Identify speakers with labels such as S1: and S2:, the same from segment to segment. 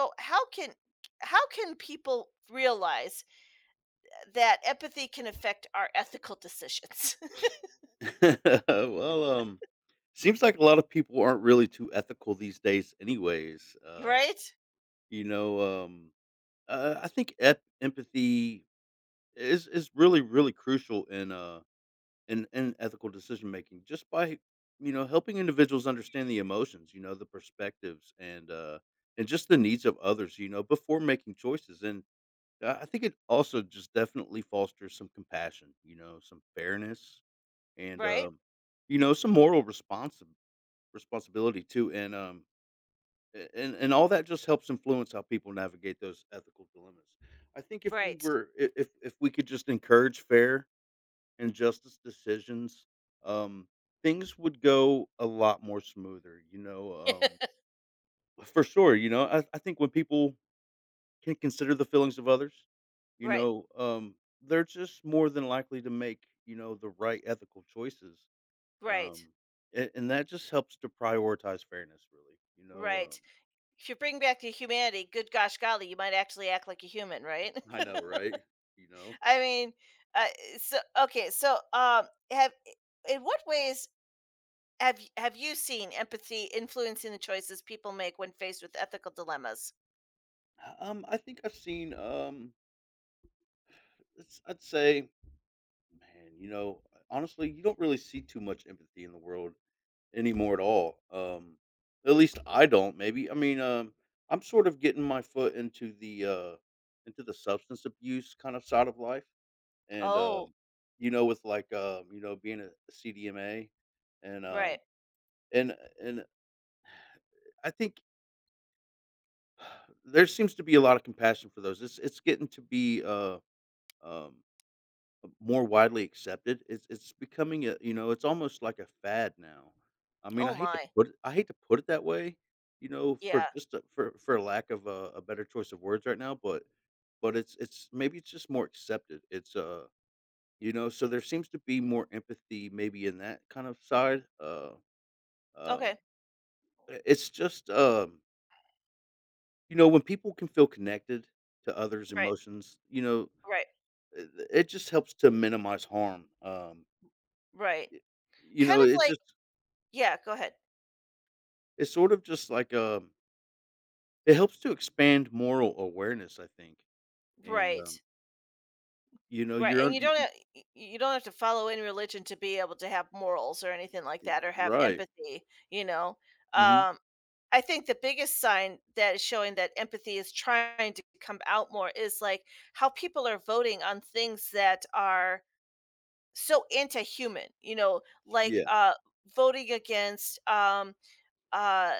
S1: So how can people realize that empathy can affect our ethical decisions?
S2: well, um, Seems like a lot of people aren't really too ethical these days, anyways.
S1: Right?
S2: You know, um, I think empathy is really crucial in in ethical decision making. Just by helping individuals understand the emotions, you know, the perspectives, and just the needs of others, you know, before making choices. And I think it also just definitely fosters some compassion, you know, some fairness, and,
S1: Right?
S2: um, you know, some moral responsi responsibility too, and, a and and all that just helps influence how people navigate those ethical dilemmas. I think if we
S1: Right.
S2: were I if we could just encourage fair and justice decisions, um, things would go a lot more smoother, for sure, you know, I think when people can consider the feelings of others, you
S1: Right,
S2: know, um, they're just more than likely to make, you know, the right ethical choices.
S1: right,
S2: Um, and that just helps to prioritize fairness really, you know,
S1: right. If you bring back the humanity, good gosh golly, you might actually act like a human, right?
S2: I know, right? You know?
S1: I mean, uh, so okay, so have in what ways have you seen empathy influencing the choices people make when faced with ethical dilemmas?
S2: I think I've seen, it's I'd say, man, honestly, you don't really see too much empathy in the world anymore at all. At least I don't. Maybe I mean, I'm sort of getting my foot into the substance abuse kind of side of life, and
S1: Oh,
S2: you know, with like you know, being a CDMA, and um,
S1: right.
S2: and and I think there seems to be a lot of compassion for those. It's getting to be um more widely accepted. It's becoming a you know, it's almost like a fad now. I mean,
S1: Oh my.
S2: I hate to put it that way, you know, for
S1: Yeah.
S2: for lack of a better choice of words right now, but it's maybe it's just more accepted. It's You know, so there seems to be more empathy maybe in that kind of side. Um
S1: Okay.
S2: it's just You know, when people can feel connected to others'
S1: Right.
S2: emotions, you know,
S1: Right.
S2: it just helps to minimize harm.
S1: Right.
S2: Y- you
S1: Kind
S2: know,
S1: of
S2: it
S1: like
S2: just
S1: yeah, go ahead.
S2: it's sort of just like it helps to expand moral awareness, I think. And
S1: Right.
S2: You know,
S1: Right.
S2: you're
S1: And
S2: on you
S1: you don't have to follow any religion to be able to have morals or anything like that or have
S2: right.
S1: empathy, you know.
S2: Hmm.
S1: Um I think the biggest sign that is showing that empathy is trying to come out more is like how people are voting on things that are so anti-human, you know, like
S2: Yeah,
S1: voting against uh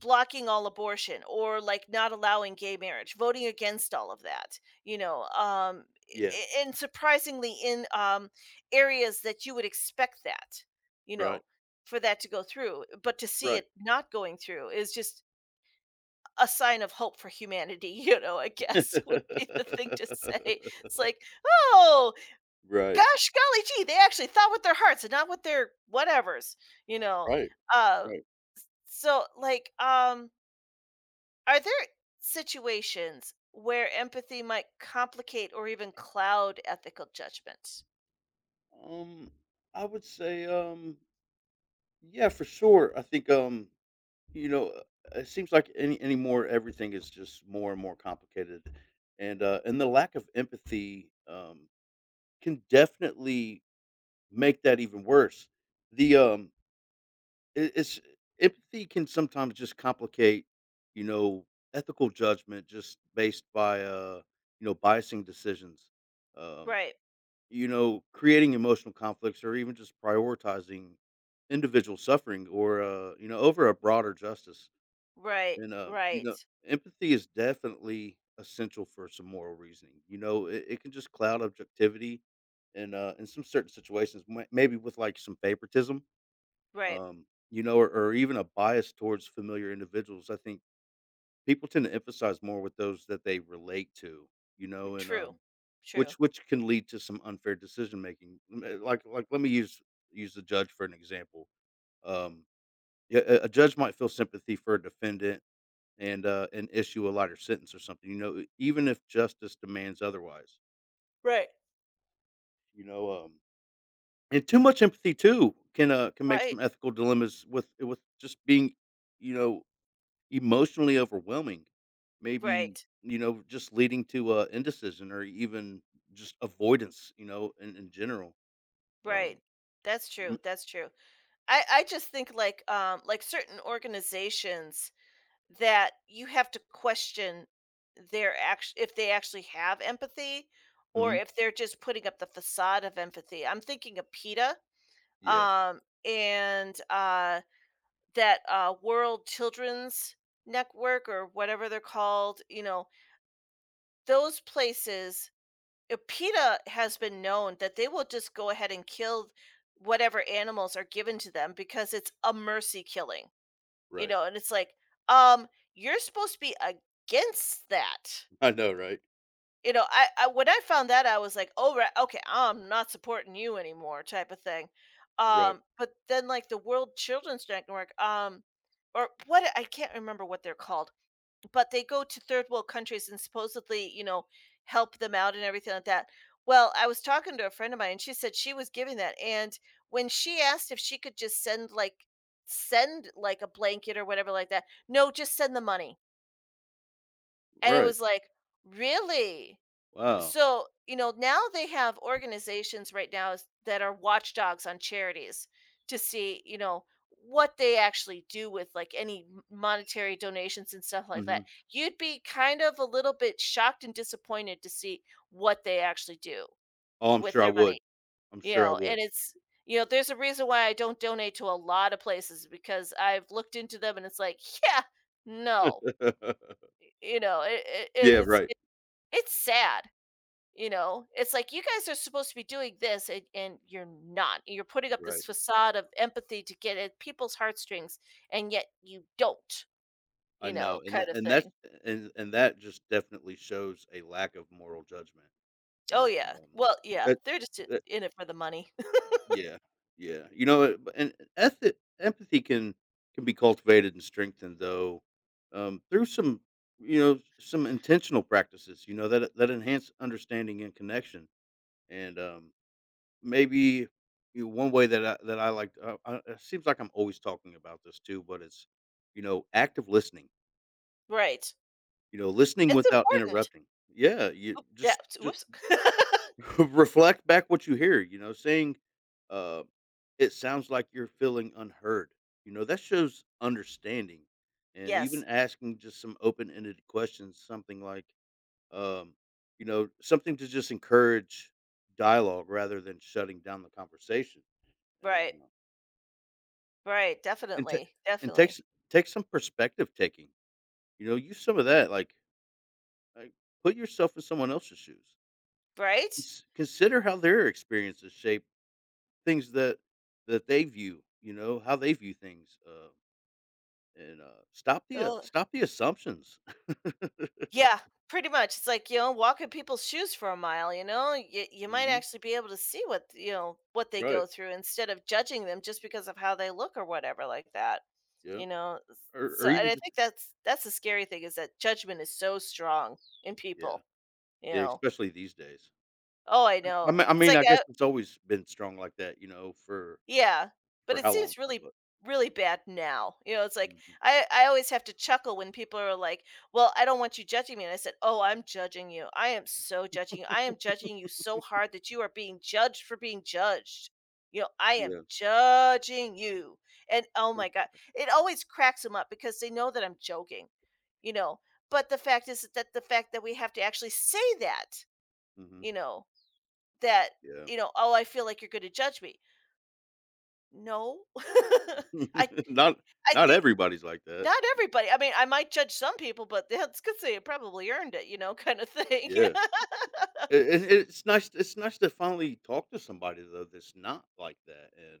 S1: blocking all abortion or like not allowing gay marriage, voting against all of that, you know,
S2: yeah,
S1: and surprisingly in areas that you would expect that, you
S2: right,
S1: know, for that to go through, but to see
S2: right,
S1: it not going through is just a sign of hope for humanity, you know, I guess would be the thing to say. It's like, "Oh,
S2: right,
S1: gosh, golly gee, they actually thought with their hearts and not with their whatevers," you know?
S2: right,
S1: Um,
S2: right.
S1: so, are there situations where empathy might complicate or even cloud ethical judgments?
S2: Um, I would say, yeah, for sure. I think, you know, it seems like anymore everything is just more and more complicated, and the lack of empathy can definitely make that even worse. The it, it's Empathy can sometimes just complicate, you know, ethical judgment just based by you know, biasing decisions, um,
S1: Right,
S2: you know, creating emotional conflicts or even just prioritizing individual suffering or you know, over a broader justice.
S1: right,
S2: You
S1: right,
S2: know, empathy is definitely essential for some moral reasoning. You know, it can just cloud objectivity and in some certain situations, maybe with like some favoritism,
S1: right.
S2: you know, or even a bias towards familiar individuals. I think people tend to emphasize more with those that they relate to, you know, and
S1: True, true.
S2: which can lead to some unfair decision making. Mm. Like let me use the judge for an example. Um, yeah, a judge might feel sympathy for a defendant and issue a lighter sentence or something. You know, even if justice demands otherwise.
S1: Right,
S2: You know, um, and too much empathy too can make
S1: right,
S2: some ethical dilemmas with just being, you know, emotionally overwhelming. Maybe
S1: right,
S2: you know, just leading to indecision or even just avoidance. You know, in general.
S1: right.
S2: Um,
S1: That's true.
S2: mm
S1: That's true. I just think like certain organizations that you have to question their act if they actually have empathy or
S2: mhm.
S1: if they're just putting up the facade of empathy. I'm thinking of PETA,
S2: Yeah.
S1: and, that, World Children's Network or whatever they're called, you know, those places PETA has been known that they will just go ahead and kill whatever animals are given to them because it's a mercy killing. You
S2: Right.
S1: know, and it's like, um, you're supposed to be against that.
S2: I know. Right.
S1: You know, I when I found that I was like, oh right, okay, I'm not supporting you anymore, type of thing.
S2: Right.
S1: But then like the World Children's Network, or what I can't remember what they're called but they go to third world countries and supposedly, you know, help them out and everything like that. Well, I was talking to a friend of mine and she said she was giving that. And when she asked if she could just send like a blanket or whatever like that, no, just send the money. And it
S2: Right.
S1: was like, really?
S2: Wow.
S1: So you know now they have organizations right now that are watchdogs on charities to see you know what they actually do with like any monetary donations and stuff like
S2: Hmm.
S1: that. You'd be kind of a little bit shocked and disappointed to see what they actually do
S2: Oh, I'm
S1: with
S2: sure I
S1: their money,
S2: would. I'm
S1: you
S2: sure I
S1: know, and
S2: would.
S1: it's you know there's a reason why I don't donate to a lot of places because I've looked into them and it's like yeah, no, you know
S2: Yeah. Right.
S1: it's sad, you know, it's like you guys are supposed to be doing this and you're not. You're putting up this
S2: Right.
S1: facade of empathy to get at people's heartstrings and yet you don't,
S2: I
S1: you
S2: know,
S1: know,
S2: and
S1: kind
S2: tha
S1: of
S2: and that's
S1: thing.
S2: and that just definitely shows a lack of moral judgment, you
S1: Oh
S2: know,
S1: yeah.
S2: um,
S1: Well, yeah,
S2: that
S1: they're just
S2: that
S1: in it for the money.
S2: yeah, yeah, you know, and ethi empathy can be cultivated and strengthened, though, through some, you know, some intentional practices, you know, that that enhance understanding and connection, and, um, maybe, you know, one way that I like, it seems like I'm always talking about this too, but it's, you know, active listening.
S1: Right.
S2: You know, listening
S1: It's
S2: without
S1: important.
S2: interrupting. Yeah, you
S1: Oop, yeah.
S2: just
S1: Whoops.
S2: reflect back what you hear, you know, saying, uh, "It sounds like you're feeling unheard." You know, that shows understanding, and even
S1: Yes.
S2: asking just some open-ended questions, something like, um, you know, something to just encourage dialogue rather than shutting down the conversation. And um,
S1: Right. Right.
S2: and ta
S1: Definitely.
S2: and
S1: Definitely.
S2: take some perspective taking. You know, use some of that, like, put yourself in someone else's shoes.
S1: Right?
S2: Consider how their experiences shape things that they view, you know, how they view things, and,
S1: Well,
S2: stop the assumptions.
S1: yeah, pretty much. It's like, you know, walk in people's shoes for a mile, you know? You might
S2: Mhm.
S1: actually be able to see what, you know, what they go
S2: Right.
S1: through instead of judging them just because of how they look or whatever like that.
S2: Yeah.
S1: You know? So
S2: Or
S1: and
S2: even
S1: I
S2: just
S1: think that's the scary thing is that judgment is so strong in
S2: yeah.
S1: people, you
S2: Yeah,
S1: know.
S2: especially these days.
S1: Oh, I know.
S2: I
S1: It's
S2: mean,
S1: like
S2: I guess
S1: I
S2: it's always been strong like that, you know,
S1: Yeah, but
S2: for
S1: it
S2: how long
S1: seems
S2: now, but
S1: really bad now. You know, it's like
S2: Mhm.
S1: I always have to chuckle when people are like, "Well, I don't want you judging me." And I said, "Oh, I'm judging you. I am so judging you. I am judging you so hard that you are being judged for being judged." You know, I am
S2: Yeah.
S1: judging you. And oh my god, it always cracks them up because they know that I'm joking. You know, but the fact that we have to actually say
S2: Mhm.
S1: you know, that
S2: Yeah.
S1: you know, oh, I feel like you're going to judge me. No. I
S2: Not
S1: I
S2: not
S1: think
S2: everybody's like that.
S1: Not everybody, I mean, I might judge some people, but that's 'cause they probably earned it, you know, kinda thing.
S2: Yeah. It's nice it's nice to finally talk to somebody though that's not like that,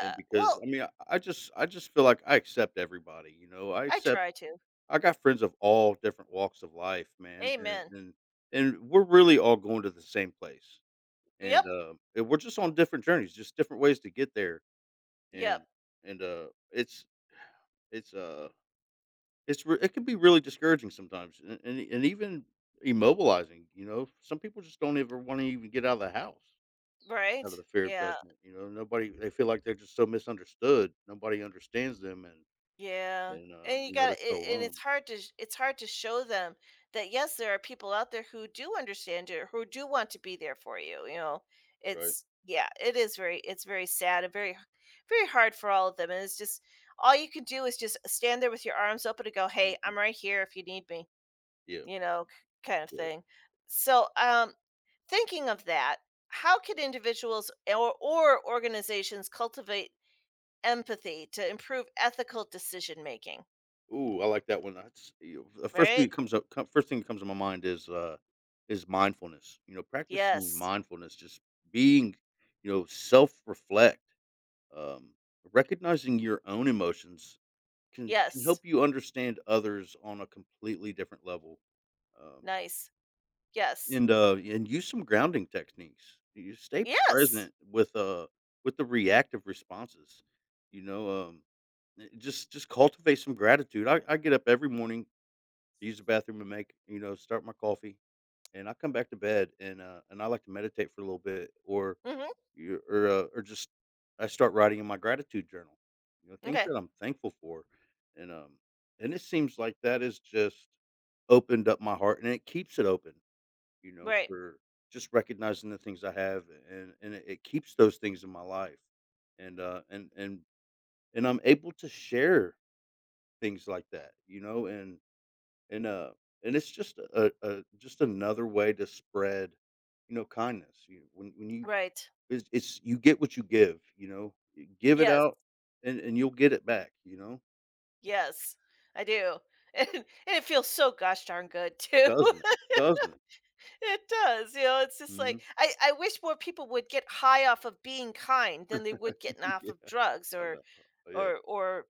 S2: and because, I
S1: Well,
S2: mean, I just feel like I accept everybody, you know? I
S1: I
S2: accept
S1: try to.
S2: I got friends of all different walks of life, man, and
S1: Amen.
S2: and and we're really all going to the same place,
S1: Yep.
S2: and we're just on different journeys, just different ways to get there,
S1: Yep.
S2: and and, it's it's, uh, it can be really discouraging sometimes and even immobilizing, you know? Some people just don't ever wanna even get out of the house. Out of
S1: Right?
S2: the fear of
S1: Yeah.
S2: judgment, you know, nobody they feel like they're just so misunderstood. Nobody understands them and
S1: Yeah.
S2: and,
S1: And
S2: um,
S1: you
S2: you know,
S1: got
S2: they're
S1: to,
S2: so
S1: and it's
S2: alone,
S1: hard to it's hard to show them that yes, there are people out there who do understand you, who do want to be there for you, you know.
S2: right?
S1: It's yeah, it is very it's very sad and very very hard for all of them. And it's just all you can do is just stand there with your arms open and go, "Hey,
S2: Mhm.
S1: I'm right here if you need me."
S2: Yeah,
S1: You know, kind of
S2: yeah.
S1: thing. So, thinking of that, how can individuals or organizations cultivate empathy to improve ethical decision making?
S2: Ooh, I like that one. That's you know, the first thing
S1: Right?
S2: that comes up co first thing that comes to my mind is mindfulness, you know, practicing
S1: Yes.
S2: mindfulness, just being, you know, self-reflect, um, recognizing your own emotions can
S1: Yes.
S2: help you understand others on a completely different level, um
S1: Nice. Yes.
S2: and, and use some grounding techniques. You stay
S1: Yes!
S2: present with the reactive responses, you know, um, just cultivate some gratitude. I get up every morning, use the bathroom and make, you know, start my coffee and I come back to bed and I like to meditate for a little bit or,
S1: Mhm.
S2: you- or, uh, or just, I start writing in my gratitude journal, you know, things
S1: Okay.
S2: that I'm thankful for. And, um, and it seems like that is just opened up my heart and it keeps it open you know,
S1: Right.
S2: for just recognizing the things I have and it keeps those things in my life. And uh and and and I'm able to share things like that, you know, and uh and it's just a just another way to spread, you know, kindness. You When you
S1: Right.
S2: it's you get what you give, you know. You give it
S1: Yes.
S2: out and you'll get it back, you know.
S1: Yes. I do. And it feels so gosh darn good too.
S2: Doesn't it? Doesn't it?
S1: It does, you know, it's just like
S2: Hmm.
S1: I wish more people would get high off of being kind than they would getting off of
S2: Yeah,
S1: drugs
S2: I
S1: or
S2: know. Yeah.
S1: or or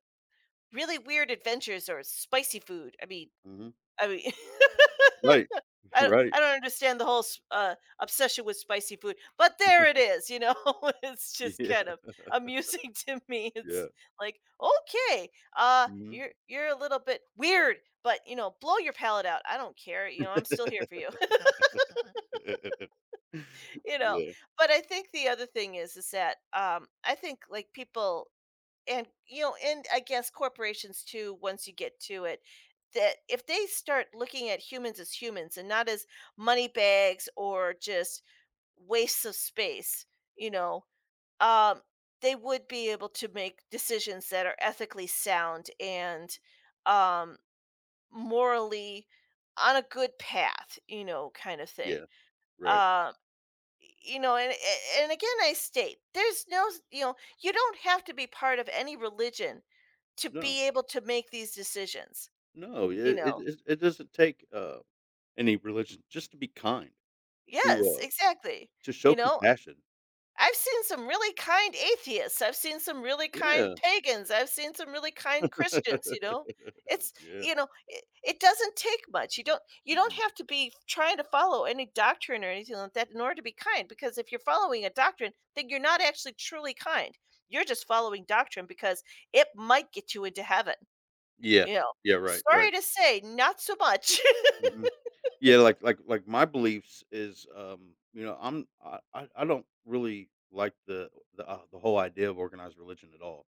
S1: really weird adventures or spicy food.
S2: Hmm.
S1: I mean
S2: Right. Right.
S1: I don't understand the whole obsession with spicy food, but there it is. You know, it's just kind
S2: Yeah.
S1: of amusing to me. It's
S2: Yeah.
S1: like, okay,
S2: Mhm.
S1: you're a little bit weird, but you know, blow your palate out. I don't care. You know, I'm still here for you. You know,
S2: Yeah,
S1: but I think the other thing is that I think like people and you know, and I guess corporations too. Once you get to it. That if they start looking at humans as humans and not as money bags or just wastes of space, you know, um, they would be able to make decisions that are ethically sound and um, morally on a good path, you know, kind of thing.
S2: yeah, right.
S1: Um, you know, and again, I state there's no, you know, you don't have to be part of any religion to
S2: No,
S1: be able to make these decisions.
S2: no, yeah,
S1: You
S2: it
S1: know,
S2: doesn't take, any religion just to be kind, to,
S1: yes,
S2: uh
S1: exactly.
S2: to
S1: You
S2: show
S1: know,
S2: compassion.
S1: I've seen some really kind atheists. I've seen some really kind
S2: Yeah.
S1: pagans. I've seen some really kind Christians, you know? It's,
S2: Yeah.
S1: you know, it doesn't take much. You don't
S2: Mm-mm.
S1: have to be trying to follow any doctrine or anything like that in order to be kind because if you're following a doctrine, then you're not actually truly kind. You're just following doctrine because it might get you into heaven,
S2: Yeah.
S1: you know.
S2: Yeah, right,
S1: Sorry
S2: right.
S1: to say, not so much.
S2: Mhm. Yeah, like my beliefs is, you know, I'm I don't really like the whole idea of organized religion at all.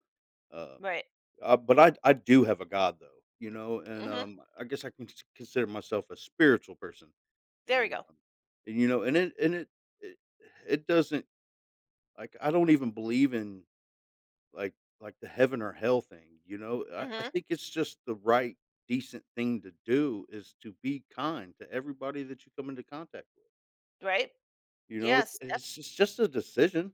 S2: Um,
S1: Right.
S2: but I do have a God though, you know, and
S1: Mhm.
S2: I guess I can consider myself a spiritual person,
S1: There we
S2: and
S1: go.
S2: um, and you know, it, it doesn't like I don't even believe in like the heaven or hell thing, you know? I
S1: Mhm.
S2: think it's just the right decent thing to do is to be kind to everybody that you come into contact with.
S1: Right?
S2: You know,
S1: Yes, def
S2: it's just a decision.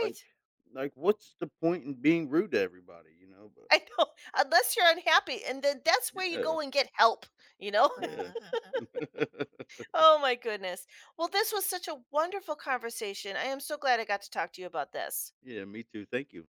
S2: Like what's the point in being rude to everybody, you know? But
S1: I know, unless you're unhappy, and then that's where you
S2: yeah,
S1: go and get help, you know?
S2: yeah.
S1: Oh my goodness. Well, this was such a wonderful conversation. I am so glad I got to talk to you about this.
S2: Yeah, me too. Thank you.